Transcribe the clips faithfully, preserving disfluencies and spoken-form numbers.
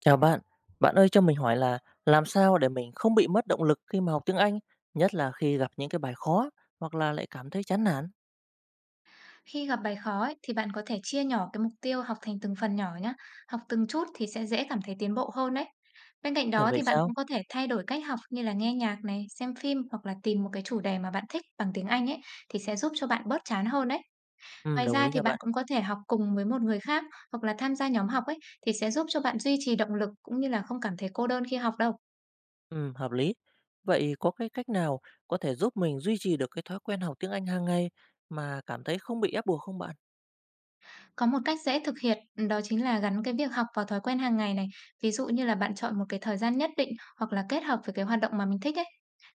Chào bạn, bạn ơi cho mình hỏi là làm sao để mình không bị mất động lực khi mà học tiếng Anh, nhất là khi gặp những cái bài khó hoặc là lại cảm thấy chán nản? Khi gặp bài khó ấy, thì bạn có thể chia nhỏ cái mục tiêu học thành từng phần nhỏ nhé. Học từng chút thì sẽ dễ cảm thấy tiến bộ hơn đấy. Bên cạnh Thật đó vậy thì bạn sao? cũng có thể thay đổi cách học như là nghe nhạc này, xem phim hoặc là tìm một cái chủ đề mà bạn thích bằng tiếng Anh ấy thì sẽ giúp cho bạn bớt chán hơn đấy. Ừ, Ngoài đồng ra ý thì nha bạn bạn. cũng có thể học cùng với một người khác hoặc là tham gia nhóm học ấy thì sẽ giúp cho bạn duy trì động lực cũng như là không cảm thấy cô đơn khi học đâu. Ừ, hợp lý. Vậy có cái cách nào có thể giúp mình duy trì được cái thói quen học tiếng Anh hàng ngày mà cảm thấy không bị ép buộc không bạn? Có một cách dễ thực hiện, ừ, đó chính là gắn cái việc học vào thói quen hàng ngày này. Ví dụ như là bạn chọn một cái thời gian nhất định hoặc là kết hợp với cái hoạt động mà mình thích ấy.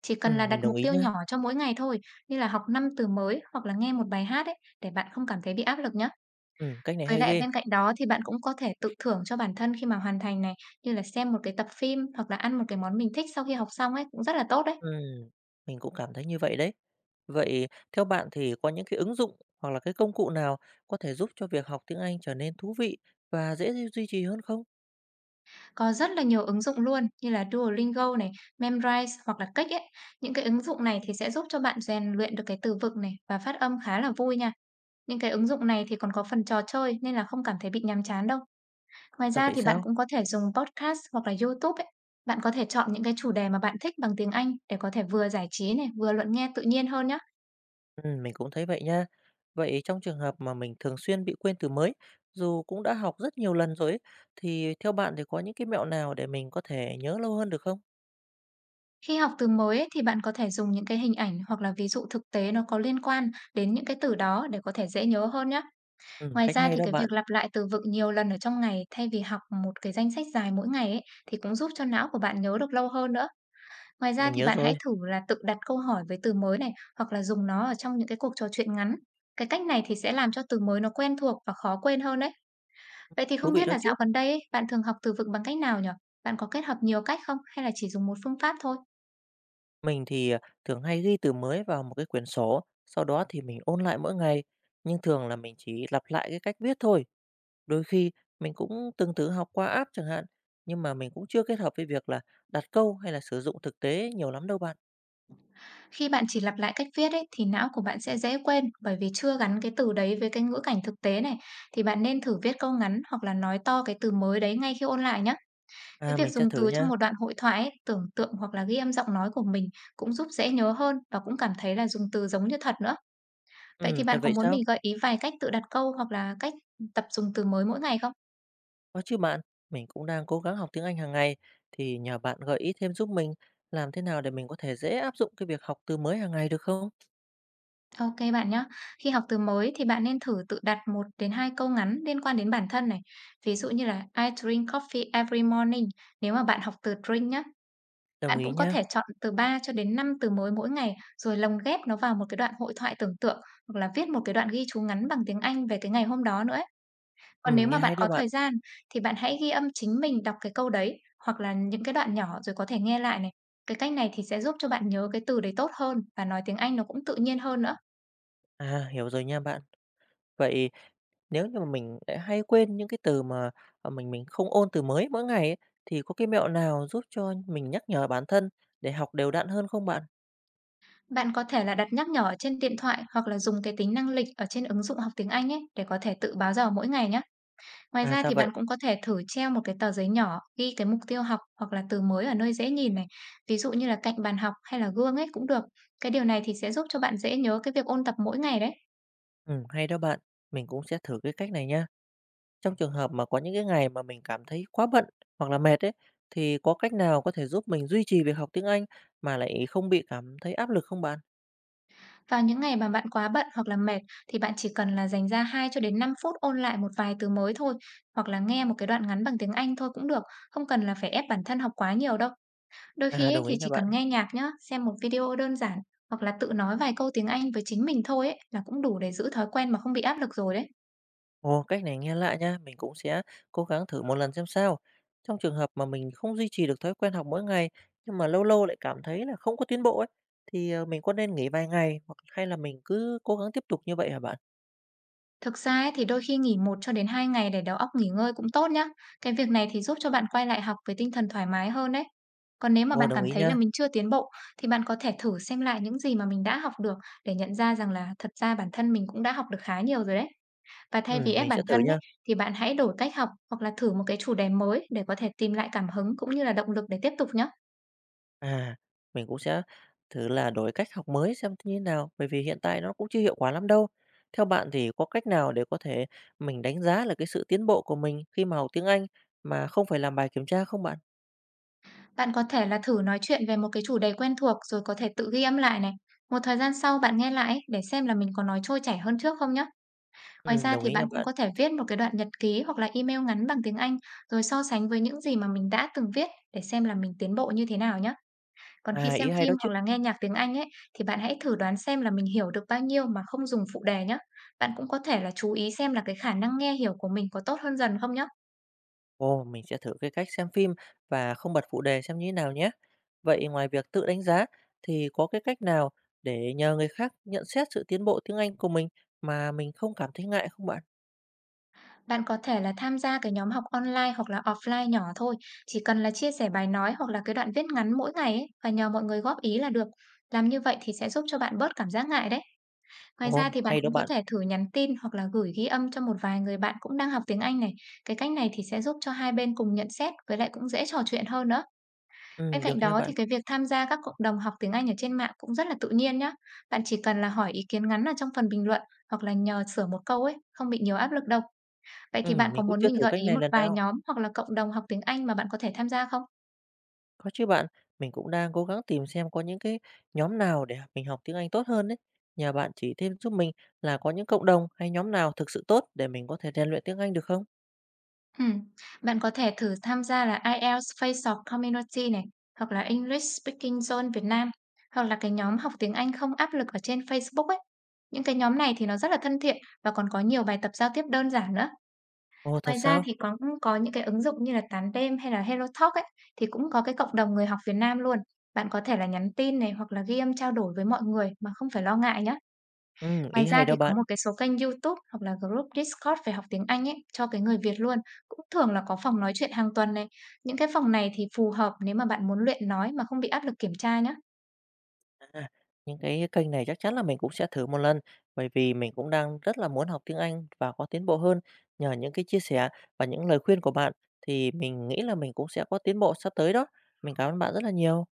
Chỉ cần Ừ, là mình đặt đồng mục ý tiêu nha. nhỏ cho mỗi ngày thôi, như là học năm từ mới hoặc là nghe một bài hát ấy, để bạn không cảm thấy bị áp lực nhé. Ừ, cách này Với hay lại ghê. bên cạnh đó thì bạn cũng có thể tự thưởng cho bản thân khi mà hoàn thành này, như là xem một cái tập phim hoặc là ăn một cái món mình thích sau khi học xong ấy, cũng rất là tốt đấy. Ừ, mình cũng cảm thấy như vậy đấy. Vậy theo bạn thì có những cái ứng dụng hoặc là cái công cụ nào có thể giúp cho việc học tiếng Anh trở nên thú vị và dễ duy trì hơn không? Có rất là nhiều ứng dụng luôn như là Duolingo này, Memrise hoặc là Cách ấy. Những cái ứng dụng này thì sẽ giúp cho bạn rèn luyện được cái từ vựng này và phát âm khá là vui nha. Những cái ứng dụng này thì còn có phần trò chơi nên là không cảm thấy bị nhàm chán đâu. Ngoài Thật ra vậy thì bạn sao? cũng có thể dùng podcast hoặc là YouTube ấy. Bạn có thể chọn những cái chủ đề mà bạn thích bằng tiếng Anh để có thể vừa giải trí này, vừa luận nghe tự nhiên hơn nhé. Ừm, mình cũng thấy vậy nha. Vậy trong trường hợp mà mình thường xuyên bị quên từ mới, dù cũng đã học rất nhiều lần rồi ấy, thì theo bạn thì có những cái mẹo nào để mình có thể nhớ lâu hơn được không? Khi học từ mới ấy, thì bạn có thể dùng những cái hình ảnh hoặc là ví dụ thực tế nó có liên quan đến những cái từ đó để có thể dễ nhớ hơn nhé. Ừm, Ngoài cách ra hay thì đó cái bạn, việc lặp lại từ vựng nhiều lần ở trong ngày thay vì học một cái danh sách dài mỗi ngày ấy, thì cũng giúp cho não của bạn nhớ được lâu hơn nữa. Ngoài ra mình thì nhớ bạn hãy rồi, thử là tự đặt câu hỏi với từ mới này hoặc là dùng nó ở trong những cái cuộc trò chuyện ngắn. Cái cách này thì sẽ làm cho từ mới nó quen thuộc và khó quên hơn đấy. Vậy thì thú không vị biết đó là chứ. dạo gần đây ấy, bạn thường học từ vựng bằng cách nào nhỉ? Bạn có kết hợp nhiều cách không hay là chỉ dùng một phương pháp thôi? Mình thì à, thường hay ghi từ mới vào một cái quyển sổ, sau đó thì mình ôn lại mỗi ngày. Nhưng thường là mình chỉ lặp lại cái cách viết thôi. Đôi khi mình cũng từng thử học qua app chẳng hạn, nhưng mà mình cũng chưa kết hợp với việc là đặt câu hay là sử dụng thực tế nhiều lắm đâu bạn. Khi bạn chỉ lặp lại cách viết ấy, thì não của bạn sẽ dễ quên bởi vì chưa gắn cái từ đấy với cái ngữ cảnh thực tế này. Thì bạn nên thử viết câu ngắn hoặc là nói to cái từ mới đấy ngay khi ôn lại nhé. Cái À, việc mình sẽ dùng thử từ trong nha. một đoạn hội thoại ấy, tưởng tượng hoặc là ghi âm giọng nói của mình cũng giúp dễ nhớ hơn và cũng cảm thấy là dùng từ giống như thật nữa. Vậy Ừm, thì thật bạn có vậy muốn sao? mình gợi ý vài cách tự đặt câu hoặc là cách tập dùng từ mới mỗi ngày không? Có chứ bạn, mình cũng đang cố gắng học tiếng Anh hàng ngày, thì nhờ bạn gợi ý thêm giúp mình làm thế nào để mình có thể dễ áp dụng cái việc học từ mới hàng ngày được không? Ok bạn nhé. Khi học từ mới thì bạn nên thử tự đặt một đến hai câu ngắn liên quan đến bản thân này. Ví dụ như là I drink coffee every morning nếu mà bạn học từ drink nhé. Đồng Bạn ý cũng có nha. thể chọn từ ba cho đến năm từ mới mỗi ngày rồi lồng ghép nó vào một cái đoạn hội thoại tưởng tượng hoặc là viết một cái đoạn ghi chú ngắn bằng tiếng Anh về cái ngày hôm đó nữa ấy. Còn nếu Ừm, nghe mà bạn hay đó có bạn. thời gian thì bạn hãy ghi âm chính mình đọc cái câu đấy hoặc là những cái đoạn nhỏ rồi có thể nghe lại này. Cái cách này thì sẽ giúp cho bạn nhớ cái từ đấy tốt hơn và nói tiếng Anh nó cũng tự nhiên hơn nữa. À, hiểu rồi nha bạn. Vậy nếu như mà mình lại hay quên những cái từ mà ờ, mình mình không ôn từ mới mỗi ngày ấy, thì có cái mẹo nào giúp cho mình nhắc nhở bản thân để học đều đặn hơn không bạn? Bạn có thể là đặt nhắc nhở ở trên điện thoại hoặc là dùng cái tính năng lịch ở trên ứng dụng học tiếng Anh ấy để có thể tự báo giờ mỗi ngày nhé. Ngoài À, ra sao thì vậy. bạn cũng có thể thử treo một cái tờ giấy nhỏ ghi cái mục tiêu học hoặc là từ mới ở nơi dễ nhìn này. Ví dụ như là cạnh bàn học hay là gương ấy cũng được. Cái điều này thì sẽ giúp cho bạn dễ nhớ cái việc ôn tập mỗi ngày đấy. Ừm, hay đó bạn. Mình cũng sẽ thử cái cách này nha. Trong trường hợp mà có những cái ngày mà mình cảm thấy quá bận hoặc là mệt ấy, thì có cách nào có thể giúp mình duy trì việc học tiếng Anh mà lại không bị cảm thấy áp lực không bạn? Vào những ngày mà bạn quá bận hoặc là mệt thì bạn chỉ cần là dành ra hai cho đến năm phút ôn lại một vài từ mới thôi hoặc là nghe một cái đoạn ngắn bằng tiếng Anh thôi cũng được, không cần là phải ép bản thân học quá nhiều đâu. Đôi À, khi ấy đồng thì ý nha chỉ bạn. cần nghe nhạc nhá, xem một video đơn giản hoặc là tự nói vài câu tiếng Anh với chính mình thôi ấy là cũng đủ để giữ thói quen mà không bị áp lực rồi đấy. Ồ, cách này nghe lạ nha, mình cũng sẽ cố gắng thử một lần xem sao. Trong trường hợp mà mình không duy trì được thói quen học mỗi ngày, nhưng mà lâu lâu lại cảm thấy là không có tiến bộ ấy, thì ờ, mình có nên nghỉ vài ngày hoặc hay là mình cứ cố gắng tiếp tục như vậy hả bạn? Thực ra ấy thì đôi khi nghỉ một cho đến hai ngày để đầu óc nghỉ ngơi cũng tốt nhá. Cái việc này thì giúp cho bạn quay lại học với tinh thần thoải mái hơn đấy. Còn nếu mà Ồ, bạn đồng cảm ý thấy là nha. mình chưa tiến bộ thì bạn có thể thử xem lại những gì mà mình đã học được để nhận ra rằng là thật ra bản thân mình cũng đã học được khá nhiều rồi đấy. Và Ừ, thay vì ép mình bản sẽ thử thân ấy nha. thì bạn hãy đổi cách học hoặc là thử một cái chủ đề mới để có thể tìm lại cảm hứng cũng như là động lực để tiếp tục nhá. À, mình cũng sẽ thử là đổi cách học mới xem như thế nào, bởi vì hiện tại nó cũng chưa hiệu quả lắm đâu. Theo bạn thì có cách nào để có thể mình đánh giá là cái sự tiến bộ của mình khi mà học tiếng Anh mà không phải làm bài kiểm tra không bạn? Bạn có thể là thử nói chuyện về một cái chủ đề quen thuộc rồi có thể tự ghi âm lại này. Một thời gian sau bạn nghe lại để xem là mình có nói trôi chảy hơn trước không nhé. Ngoài Ừ, ra đồng thì ý nha bạn cũng bạn. có thể viết một cái đoạn nhật ký hoặc là email ngắn bằng tiếng Anh rồi so sánh với những gì mà mình đã từng viết để xem là mình tiến bộ như thế nào nhé. Còn khi À, ý xem hay đó phim chứ. hoặc là nghe nhạc tiếng Anh ấy thì bạn hãy thử đoán xem là mình hiểu được bao nhiêu mà không dùng phụ đề nhé. Bạn cũng có thể là chú ý xem là cái khả năng nghe hiểu của mình có tốt hơn dần không nhé. Ồ, mình sẽ thử cái cách xem phim và không bật phụ đề xem như thế nào nhé. Vậy ngoài việc tự đánh giá thì có cái cách nào để nhờ người khác nhận xét sự tiến bộ tiếng Anh của mình mà mình không cảm thấy ngại không bạn? Bạn có thể là tham gia cái nhóm học online hoặc là offline nhỏ thôi, chỉ cần là chia sẻ bài nói hoặc là cái đoạn viết ngắn mỗi ngày ấy và nhờ mọi người góp ý là được. Làm như vậy thì sẽ giúp cho bạn bớt cảm giác ngại đấy. Ngoài ra Ồ, thì bạn hay đó cũng có bạn. thể thử nhắn tin hoặc là gửi ghi âm cho một vài người bạn cũng đang học tiếng Anh này. Cái cách này thì sẽ giúp cho hai bên cùng nhận xét với lại cũng dễ trò chuyện hơn nữa. Bên Ừ, được cạnh nha đó bạn. thì cái việc tham gia các cộng đồng học tiếng Anh ở trên mạng cũng rất là tự nhiên nhá. Bạn chỉ cần là hỏi ý kiến ngắn ở trong phần bình luận hoặc là nhờ sửa một câu ấy, không bị nhiều áp lực đâu. Vậy thì bạn Ừm, có mình cũng muốn chưa mình thử gợi cách ý này một lần vài nào. nhóm hoặc là cộng đồng học tiếng Anh mà bạn có thể tham gia không? Có chứ bạn, mình cũng đang cố gắng tìm xem có những cái nhóm nào để mình học tiếng Anh tốt hơn đấy. Nhà bạn chỉ thêm giúp mình là có những cộng đồng hay nhóm nào thực sự tốt để mình có thể rèn luyện tiếng Anh được không? Ừm, bạn có thể thử tham gia là IELTS Face Off Community này, hoặc là English Speaking Zone Việt Nam, hoặc là cái nhóm học tiếng Anh không áp lực ở trên Facebook ấy. Những cái nhóm này thì nó rất là thân thiện và còn có nhiều bài tập giao tiếp đơn giản nữa. Ồ, thật Ngoài ra sao? thì có cũng có những cái ứng dụng như là Tán Đêm hay là Hello Talk ấy, thì cũng có cái cộng đồng người học Việt Nam luôn. Bạn có thể là nhắn tin này hoặc là ghi âm trao đổi với mọi người mà không phải lo ngại nhé. Ừm, Ngoài ý hay ra đó thì có bạn. một cái số kênh YouTube hoặc là group Discord về học tiếng Anh ấy, cho cái người Việt luôn, cũng thường là có phòng nói chuyện hàng tuần này. Những cái phòng này thì phù hợp nếu mà bạn muốn luyện nói mà không bị áp lực kiểm tra nhé À, những cái kênh này chắc chắn là mình cũng sẽ thử một lần, bởi vì mình cũng đang rất là muốn học tiếng Anh và có tiến bộ hơn. Nhờ những cái chia sẻ và những lời khuyên của bạn thì mình nghĩ là mình cũng sẽ có tiến bộ sắp tới đó. Mình cảm ơn bạn rất là nhiều.